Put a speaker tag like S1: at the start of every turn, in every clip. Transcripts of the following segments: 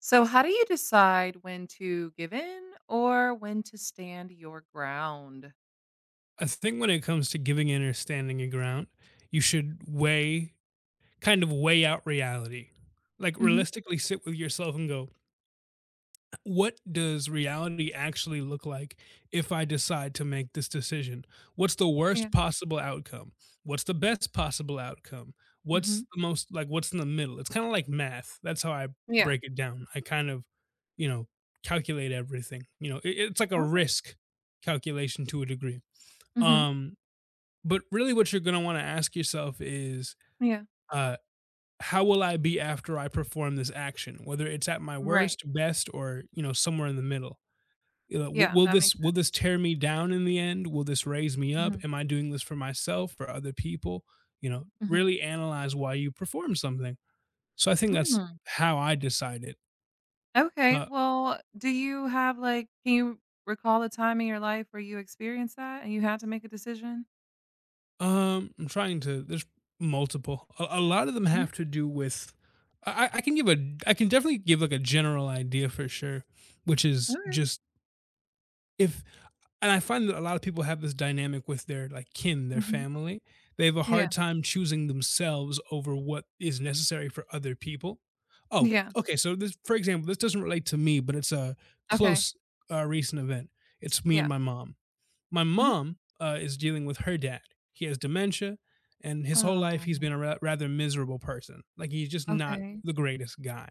S1: So, how do you decide when to give in or when to stand your ground?
S2: I think when it comes to giving in or standing your ground, you should weigh kind of weigh out reality. Like
S1: Hmm.
S2: realistically sit with yourself and go, what does reality actually look like if I decide to make this decision? What's the
S1: Yeah.
S2: worst possible outcome? What's the best possible outcome?
S1: Hmm.
S2: What's in the middle? It's kind of like math. That's how I
S1: Yeah.
S2: break it down. I kind of, you know, calculate everything. It's like a
S1: Okay.
S2: risk calculation to a degree.
S1: Hmm.
S2: Um but really what you're gonna wanna ask yourself is,
S1: Yeah.
S2: uh, how will I be after I perform this action? Whether it's at my
S1: Right.
S2: worst, best, or, somewhere in the middle. "Will
S1: Yeah.
S2: will
S1: That
S2: this
S1: makes
S2: will this
S1: sense.
S2: tear me down in the end? Will this raise me up?
S1: Hmm.
S2: Am I doing this for myself, for other people?" You know,
S1: Hmm.
S2: really analyze why you perform something. So I think that's
S1: Mm.
S2: how I decide it.
S1: Okay.
S2: Uh
S1: Well, do you have like, can you recall a time in your life where you experienced that and you had to make a decision?
S2: I'm trying to. There's multiple. A lot of them
S1: Hmm.
S2: have to do with. I can give a. I can definitely give like a general idea for sure, which is
S1: Okay.
S2: just if. And I find that a lot of people have this dynamic with their like kin, their
S1: Hmm.
S2: family. They have a
S1: Yeah.
S2: hard time choosing themselves over what is necessary for other people. Oh,
S1: Yeah.
S2: okay. So this, for example, this doesn't relate to me, but it's a
S1: Okay.
S2: close, recent event. It's me and
S1: Yeah.
S2: my mom. My
S1: Hmm.
S2: mom is dealing with her dad. He has dementia, and his whole life he's
S1: Oh,
S2: been a rather miserable person. Like he's just not
S1: okay.
S2: the greatest guy.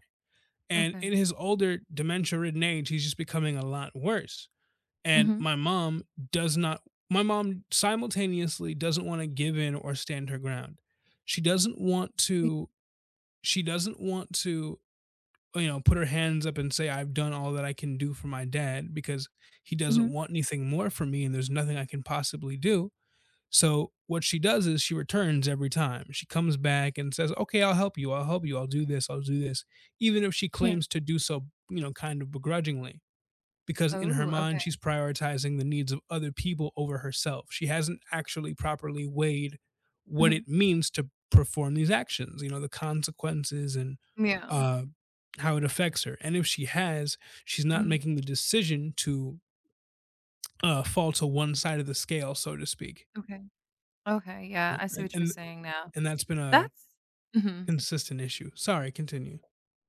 S2: And in
S1: Okay.
S2: his older dementia ridden age, he's just becoming a lot worse. And
S1: Hmm.
S2: does not, my mom simultaneously doesn't want to give in or stand her ground. She doesn't want
S1: Yeah.
S2: to, she doesn't want to, put her hands up and say, I've done all that I can do for my dad because he doesn't
S1: Hmm.
S2: want anything more from me and there's nothing I can possibly do. So what she does is she returns every time. She comes back and says, "Okay, I'll help you. I'll help you. I'll do this. I'll do this." Even if she
S1: Yeah.
S2: claims to do so, kind of begrudgingly, because in her
S1: Oh,
S2: mind she's prioritizing the needs of other people over herself. She hasn't actually properly weighed what
S1: okay.
S2: it means to perform these actions, the consequences and
S1: Yeah.
S2: uh how it affects her. And if she has, she's not
S1: Mhm.
S2: making the decision to fall to one side of the scale, so to speak.
S1: Okay. Okay,
S2: You
S1: yeah,
S2: know,
S1: I see
S2: and,
S1: what you're
S2: and
S1: saying now.
S2: And that's been a
S1: That's— Mhm.
S2: consistent issue. Sorry, continue.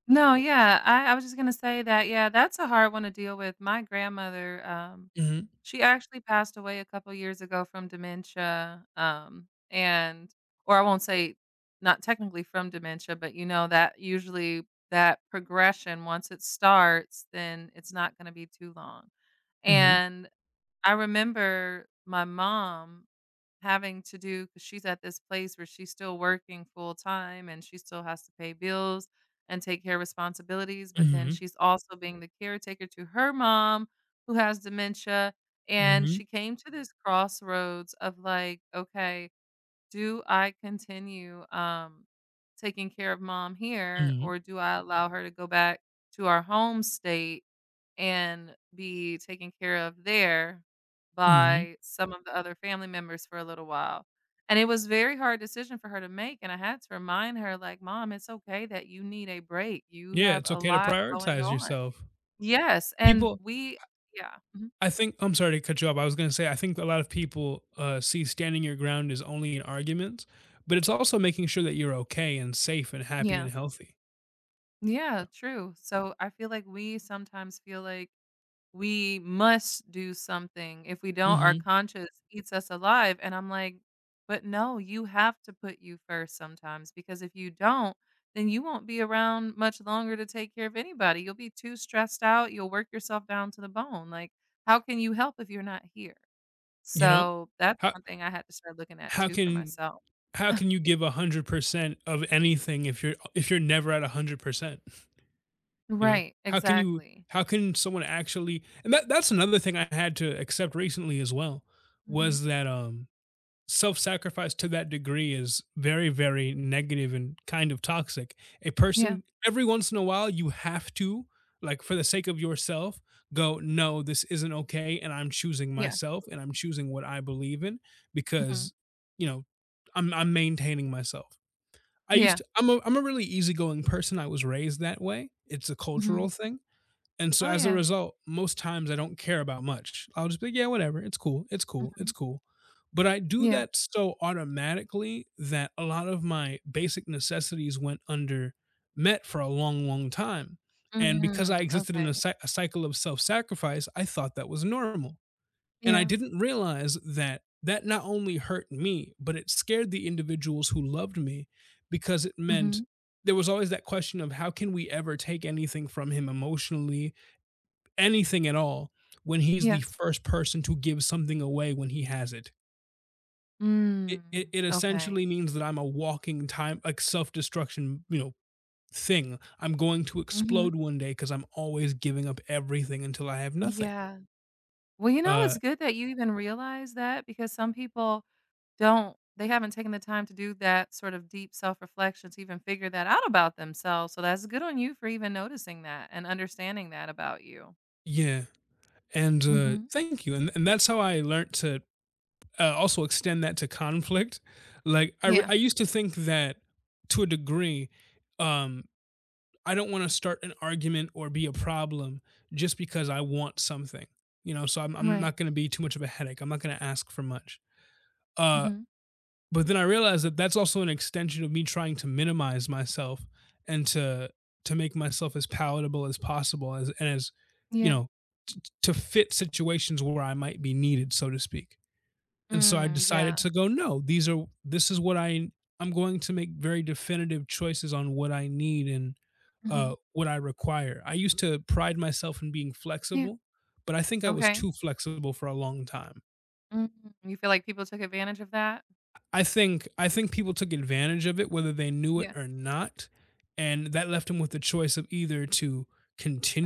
S1: No, yeah, I was just gonna say that, yeah, that's a hard one to deal with. My grandmother,
S2: Mhm.
S1: she actually passed away a couple years ago from dementia, and or I won't say not technically from dementia, but, you know, that usually that progression, once it starts, then it's not gonna be too long,
S2: Mhm.
S1: and I remember my mom having to do because she's at this place where she's still working full time and she still has to pay bills and take care of responsibilities, but then
S2: Mhm.
S1: she's also being the caretaker to her mom who has dementia, and
S2: Mhm.
S1: she came to this crossroads of like, "Okay, do I continue, taking care of mom here,
S2: Mhm.
S1: or do I allow her to go back to our home state and be taken care of there
S2: Mhm.
S1: by some of the other family members for a little while." And it was very hard decision for her to make, and I had to remind her like, "Mom, it's okay that you need a break. You
S2: Yeah,
S1: have
S2: it's
S1: a
S2: okay to
S1: lot going
S2: prioritize
S1: on."
S2: yourself.
S1: Yes, and
S2: People
S1: we— Yeah. Mhm.
S2: I think I'm sorry to cut you off. I was gonna say I think a lot of people, see standing your ground is only in arguments, but it's also making sure that you're okay and safe and happy and
S1: Yeah.
S2: healthy.
S1: Yeah, true. So I feel like we sometimes feel like we must do something. If we don't, our
S2: Mhm,
S1: conscience eats us alive. And I'm like, "But no, you have to put you first sometimes because if you don't, then you won't be around much longer to take care of anybody. You'll be too stressed out. You'll work yourself down to the bone. Like, how can you help if you're not here?"
S2: you know?
S1: So, that's
S2: How
S1: one thing I had to start looking at
S2: how
S1: too for
S2: can
S1: myself.
S2: how can you give 100% of anything if you're never at 100%? You know,
S1: Right,
S2: how can you
S1: exactly.
S2: how can someone actually and that's another thing I had to accept recently as well,
S1: Mhm.
S2: was that, self-sacrifice to that degree is very, very negative and kind of toxic. A
S1: Yeah,
S2: person every once in a while, you have to, like, for the sake of yourself, go, "No, this isn't okay, and I'm choosing
S1: yeah,
S2: myself, and I'm choosing what I believe in
S1: mhm,
S2: because, you know, I'm maintaining myself." I used
S1: yeah,
S2: to I'm a really easygoing person, I was raised that way. It's a
S1: mhm.
S2: cultural thing. And so
S1: Oh,
S2: as a
S1: yeah,
S2: result, most times I don't care about much. I'll just be like, yeah, whatever. It's cool. It's cool. It's
S1: mhm,
S2: cool. But I do
S1: yeah.
S2: that so automatically that a lot of my basic necessities went under met for a long, long time. And because I
S1: Mm,
S2: existed in
S1: okay.
S2: a cycle of self sacrifice, I thought that was normal. And I
S1: Yeah.
S2: didn't realize that that not only hurt me, but it scared the individuals who loved me because it meant
S1: Mhm.
S2: there was always that question of how can we ever take anything from him emotionally anything at all when he's the
S1: Yeah.
S2: first person to give something away when he has it. It it,
S1: Mm,
S2: it
S1: okay.
S2: essentially means that I'm a walking time like self-destruction, thing. I'm going to
S1: Mhm.
S2: explode one day because I'm always giving up everything until I have nothing.
S1: Yeah. Well, you know,
S2: Uh
S1: it's good that you even realize that because some people don't they haven't taken the time to do that sort of deep self-reflection to even figure that out about themselves, so that's good on you for even noticing that and understanding that about you.
S2: yeah. And
S1: Mhm.
S2: thank you. And that's how I learned to also extend that to conflict. Like
S1: Yeah.
S2: I used to think that to a degree um I don't want to start an argument or be a problem just because I want something. So I'm
S1: Right.
S2: not going to be too much of a headache. I'm not going to ask for much. Uh,
S1: Mhm.
S2: but then I realized that that's also an extension of me trying to minimize myself and to make myself as palatable as possible as and as you
S1: Yeah.
S2: know to fit situations where I might be needed, so to speak. And so I
S1: Mm,
S2: decided
S1: yeah.
S2: to go. No, these are this is what I'm going to make very definitive choices on what I need and
S1: Mhm.
S2: what I require. I used to pride myself in being
S1: Yeah.
S2: flexible, but I think I was
S1: Okay.
S2: too flexible for a long time.
S1: Mm. You feel like people took advantage of that?
S2: I think people took advantage of it, whether they knew it
S1: Yeah.
S2: or not, and that left them with the choice of either to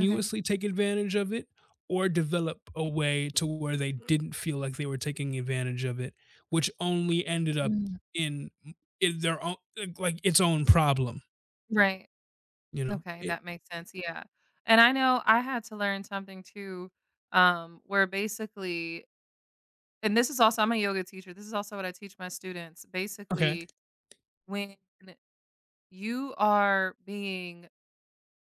S1: Okay.
S2: take advantage of it or develop a way to where they didn't feel like they were taking advantage of it, which only ended up
S1: Mm.
S2: in, their own like its own problem.
S1: Right.
S2: You know?
S1: Okay, that makes sense, yeah. And I know I had to learn something too, where basically— and this is also, I'm a yoga teacher, this is also what I teach my students.
S2: Okay.
S1: Basically, when you are being,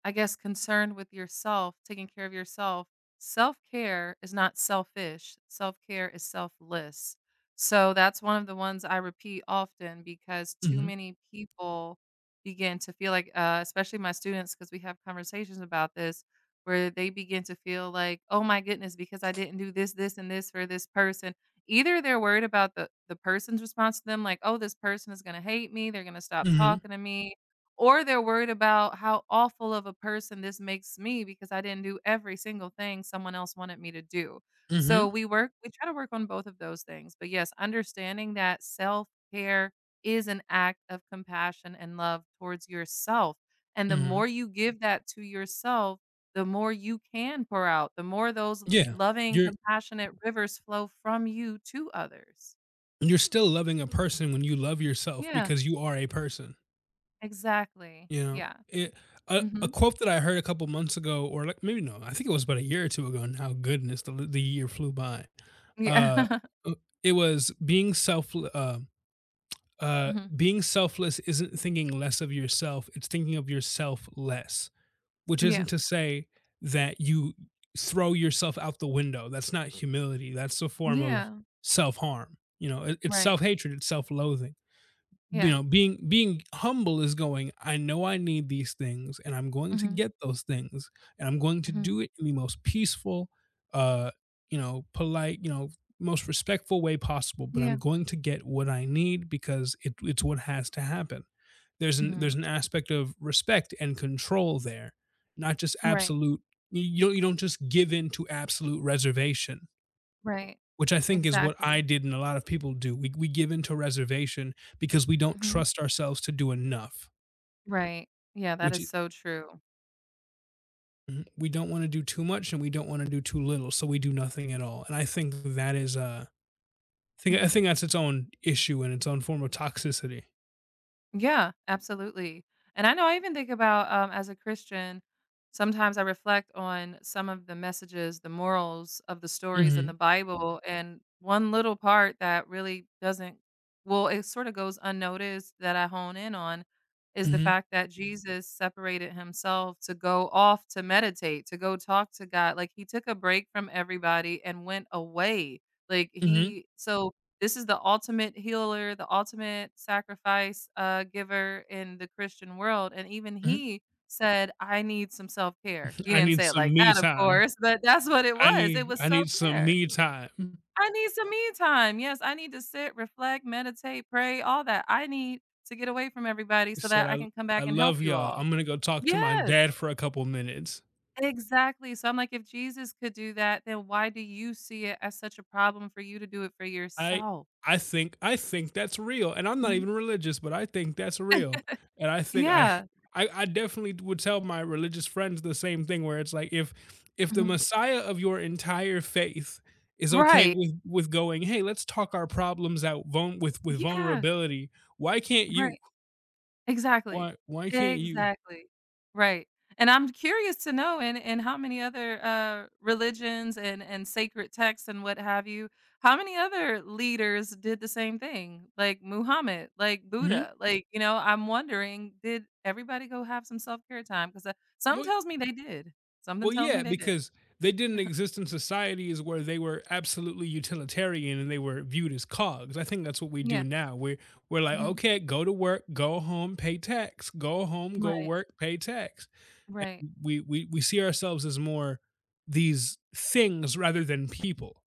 S1: I guess, concerned with yourself, taking care of yourself. Self care is not selfish, self care is selfless. So that's one of the ones I repeat often because too
S2: Hmm.
S1: many people begin to feel like, especially my students, because we have conversations about this, where they begin to feel like, oh my goodness, because I didn't do this, this, and this for this person. Either they're worried about the person's response to them, like, oh, this person is going to hate me, they're going to stop
S2: Hmm.
S1: talking to me, or they're worried about how awful of a person this makes me because I didn't do every single thing someone else wanted me to do.
S2: Hmm.
S1: So we try to work on both of those things. But yes, understanding that self-care is an act of compassion and love towards yourself. And the
S2: Hmm.
S1: more you give that to yourself, the more you can pour out, the more those
S2: Yeah.
S1: loving,
S2: You're
S1: compassionate rivers flow from you to others.
S2: you're still loving a person when you love yourself
S1: Yeah,
S2: because you are a person,
S1: exactly.
S2: you know?
S1: Yeah.
S2: It a
S1: Mhm.
S2: quote that I heard a couple months ago or like maybe no, I think it was about a year or two ago now, goodness, the year flew by.
S1: Yeah.
S2: Uh, uh, it was being self
S1: Mhm.
S2: being selfless isn't thinking less of yourself, it's thinking of yourself less. Which isn't
S1: Yeah.
S2: to say that you throw yourself out the window. That's not humility. That's a form of
S1: Yeah,
S2: self harm. It's
S1: right.
S2: self hatred, it's self loathing. you
S1: Yeah.
S2: know, being being humble is going, I know I need these things and I'm going to
S1: Mhm,
S2: get those things and I'm going to do
S1: mhm.
S2: it in the most peaceful, uh, polite, most respectful way possible, but
S1: Yeah.
S2: I'm going to get what I need because it's what has to happen. There's an
S1: Mhm.
S2: there's an aspect of respect and control there, not just
S1: Right,
S2: absolute. You don't just give in to absolute reservation
S1: right.
S2: which I think is what I
S1: Exactly.
S2: did and a lot of people do. We give into reservation because we don't
S1: Mhm.
S2: trust ourselves to do enough,
S1: Right. Yeah, that
S2: which
S1: is
S2: i-
S1: so true.
S2: mhm, we don't want to do too much and we don't want to do too little, so we do nothing at all. And I think that's its own issue and its own form of toxicity.
S1: Yeah, absolutely. And I know I even think about, as a Christian, sometimes I reflect on some of the messages, the morals of the stories in the
S2: Hmm.
S1: Bible. And one little part that really doesn't, well, it sort of goes unnoticed that I hone in on is the
S2: Hmm.
S1: fact that Jesus separated himself to go off to meditate, to go talk to God. Like he took a break from everybody and went away. Like
S2: Hmm.
S1: he, so this is the ultimate healer, the ultimate sacrifice, giver in the Christian world, and even
S2: Hmm.
S1: he said, "I need some self-care." He
S2: I
S1: didn't
S2: need
S1: say it
S2: some
S1: like
S2: me
S1: that, of
S2: time.
S1: course, but that's what it was. It was
S2: I need some
S1: self-care.
S2: me time.
S1: "I need some me time." Yes, I need to sit, reflect, meditate, pray, all that. I need to get away from everybody
S2: He
S1: so
S2: said
S1: that I can come
S2: I
S1: back and help
S2: love
S1: you
S2: y'all.
S1: all.
S2: I'm gonna go talk to my
S1: Yes,
S2: dad for a couple minutes.
S1: exactly. So I'm like, if Jesus could do that, then why do you see it as such a problem for you to do it for
S2: I
S1: yourself?
S2: I think that's real, and I'm not
S1: Mhm.
S2: even religious, but I think that's real, and I think
S1: Yeah.
S2: I definitely would tell my religious friends the same thing where it's like, if the
S1: Mhm.
S2: Messiah of your entire faith is okay
S1: Right.
S2: with going, "Hey, let's talk our problems out vul with
S1: Yeah.
S2: vulnerability, why can't
S1: Right.
S2: you?
S1: Exactly.
S2: Why can't you?"
S1: Exactly. Right. And I'm curious to know in how many other, religions and sacred texts and what have you, how many other leaders did the same thing? Like Muhammad, like
S2: Mhm.
S1: Buddha, like, you know, I'm wondering, did everybody go have some self-care time? 'Cause, something
S2: Well,
S1: tells me they did. Something
S2: Well,
S1: tells me
S2: yeah,
S1: they did.
S2: because they didn't exist in societies where they were absolutely utilitarian and they were viewed as cogs. I think that's what we do
S1: Yeah.
S2: now. We're like,
S1: Mhm.
S2: okay, go to work, go home, pay tax, go home, go
S1: Right.
S2: work, pay tax.
S1: Right.
S2: And we see ourselves as more these things rather than people.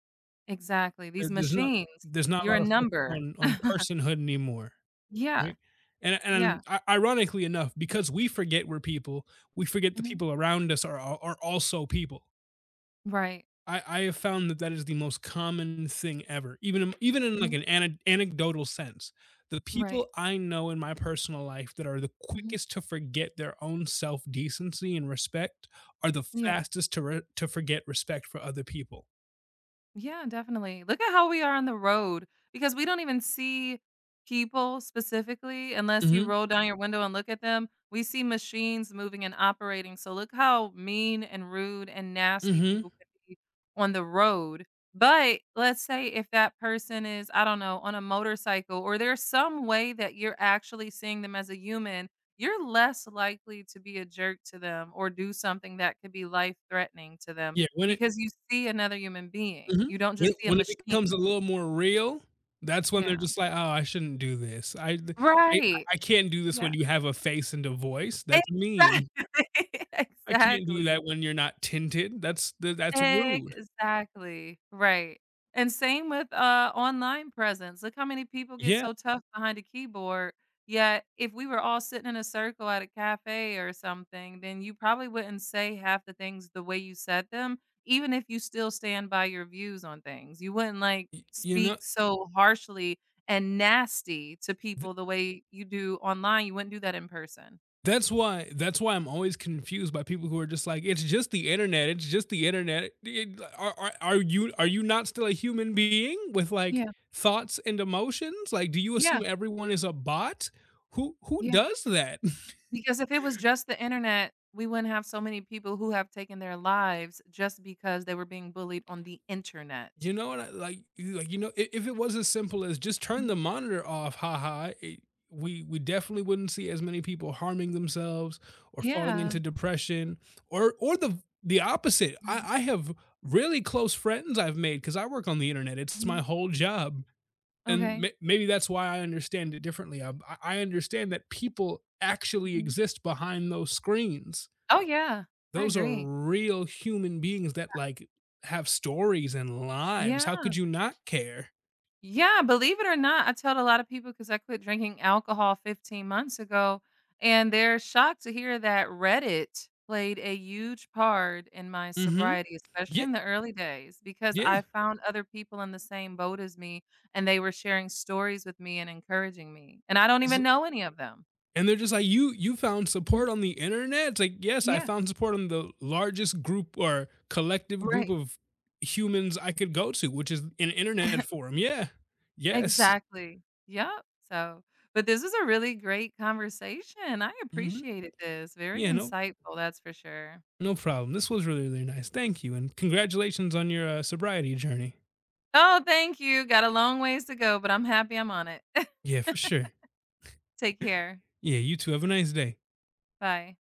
S1: Exactly.
S2: There-
S1: These
S2: There's not
S1: machines,
S2: there's not a
S1: you're
S2: lot
S1: a
S2: of focus
S1: number.
S2: on personhood anymore,
S1: Yeah.
S2: right? And and
S1: Yeah.
S2: i- ironically enough, because we forget we're people, we forget the
S1: Mhm.
S2: people around us are also people.
S1: Right.
S2: I have found that that is the most common thing ever, even in like,
S1: Mhm.
S2: an anecdotal sense. The
S1: Right.
S2: people I know in my personal life that are the
S1: Mhm.
S2: quickest to forget their own self-decency and respect are the fastest to forget respect for other people.
S1: Yeah, definitely. Look at how we are on the road because we don't even see people specifically unless you
S2: Mhm.
S1: roll down your window and look at them. We see machines moving and operating. So look how mean and rude and nasty
S2: Mhm.
S1: people can be on the road. But let's say if that person is, I don't know, on a motorcycle or there's some way that you're actually seeing them as a human, you're less likely to be a jerk to them or do something that could be life threatening to them
S2: Yeah, when it
S1: because you see another human being,
S2: mhm.
S1: you don't
S2: When
S1: just see a
S2: when it becomes a
S1: machine.
S2: little more real, that's when they're
S1: Yeah.
S2: just like, "Oh, I shouldn't do this. I
S1: Right.
S2: I can't do this
S1: Yeah.
S2: when you have a face and a voice. That's mean."
S1: Exactly.
S2: I can't do
S1: Exactly.
S2: that when you're not tinted. That's th that's rude.
S1: Exactly, right, and same with, online presence, look how many people get
S2: Yeah,
S1: so tough behind a keyboard, yet if we were all sitting in a circle at a cafe or something, then you probably wouldn't say half the things the way you said them, even if you still stand by your views on things, you wouldn't, like,
S2: y you know,
S1: speak so harshly and nasty to
S2: th
S1: people the way you do online, you wouldn't do that in person.
S2: that's why I'm always confused by people who are just like, "It's just the internet, it's just the internet." It are you not still a human being with, like,
S1: Yeah,
S2: thoughts and emotions? Like, do you
S1: yeah,
S2: assume everyone is a bot? Who
S1: yeah.
S2: does that?
S1: Because if it was just the internet, we wouldn't have so many people who have taken their lives just because they were being bullied on the internet.
S2: You know what? I, like you know, if it was as simple as just turn
S1: Mhm.
S2: the monitor off, haha, we definitely wouldn't see as many people harming themselves or falling
S1: Yeah.
S2: into depression or the opposite. I,
S1: Right.
S2: I have really close friends I've made because I work on the internet. It's my
S1: Mhm.
S2: whole job, and
S1: Okay.
S2: maybe that's why I understand it differently. I understand that people actually
S1: Mhm.
S2: exist behind those screens.
S1: Oh, yeah. I
S2: Those are
S1: agree.
S2: real human beings that, like, have stories and lives. How
S1: Yeah.
S2: could you not care?
S1: Yeah, believe it or not, I tell a lot of people because I quit drinking alcohol 15 months ago, and they're shocked to hear that Reddit played a huge part in my
S2: Mhm.
S1: sobriety, especially
S2: Yeah,
S1: in the early days, because
S2: yeah,
S1: I found other people in the same boat as me, and they were sharing stories with me and encouraging me, and I don't
S2: it's
S1: even know any of them.
S2: and they're just like, "You found
S1: Mhm.
S2: support on the internet?" It's like, "Yes, I
S1: Yeah,
S2: found support on the largest group or collective group
S1: right.
S2: of humans I could go to, which is an internet forum." Yeah. Yes.
S1: Exactly. Yep, so but this was a really great conversation. I
S2: Mhm.
S1: appreciated this. Very
S2: Yeah,
S1: insightful, that's for sure.
S2: no problem. This was really, really nice. Thank you, and congratulations on your, sobriety journey.
S1: Oh, thank you. Got a long ways to go, but I'm happy I'm on it.
S2: Yeah, for sure.
S1: Take care.
S2: Yeah, you too. Have a nice day.
S1: Bye.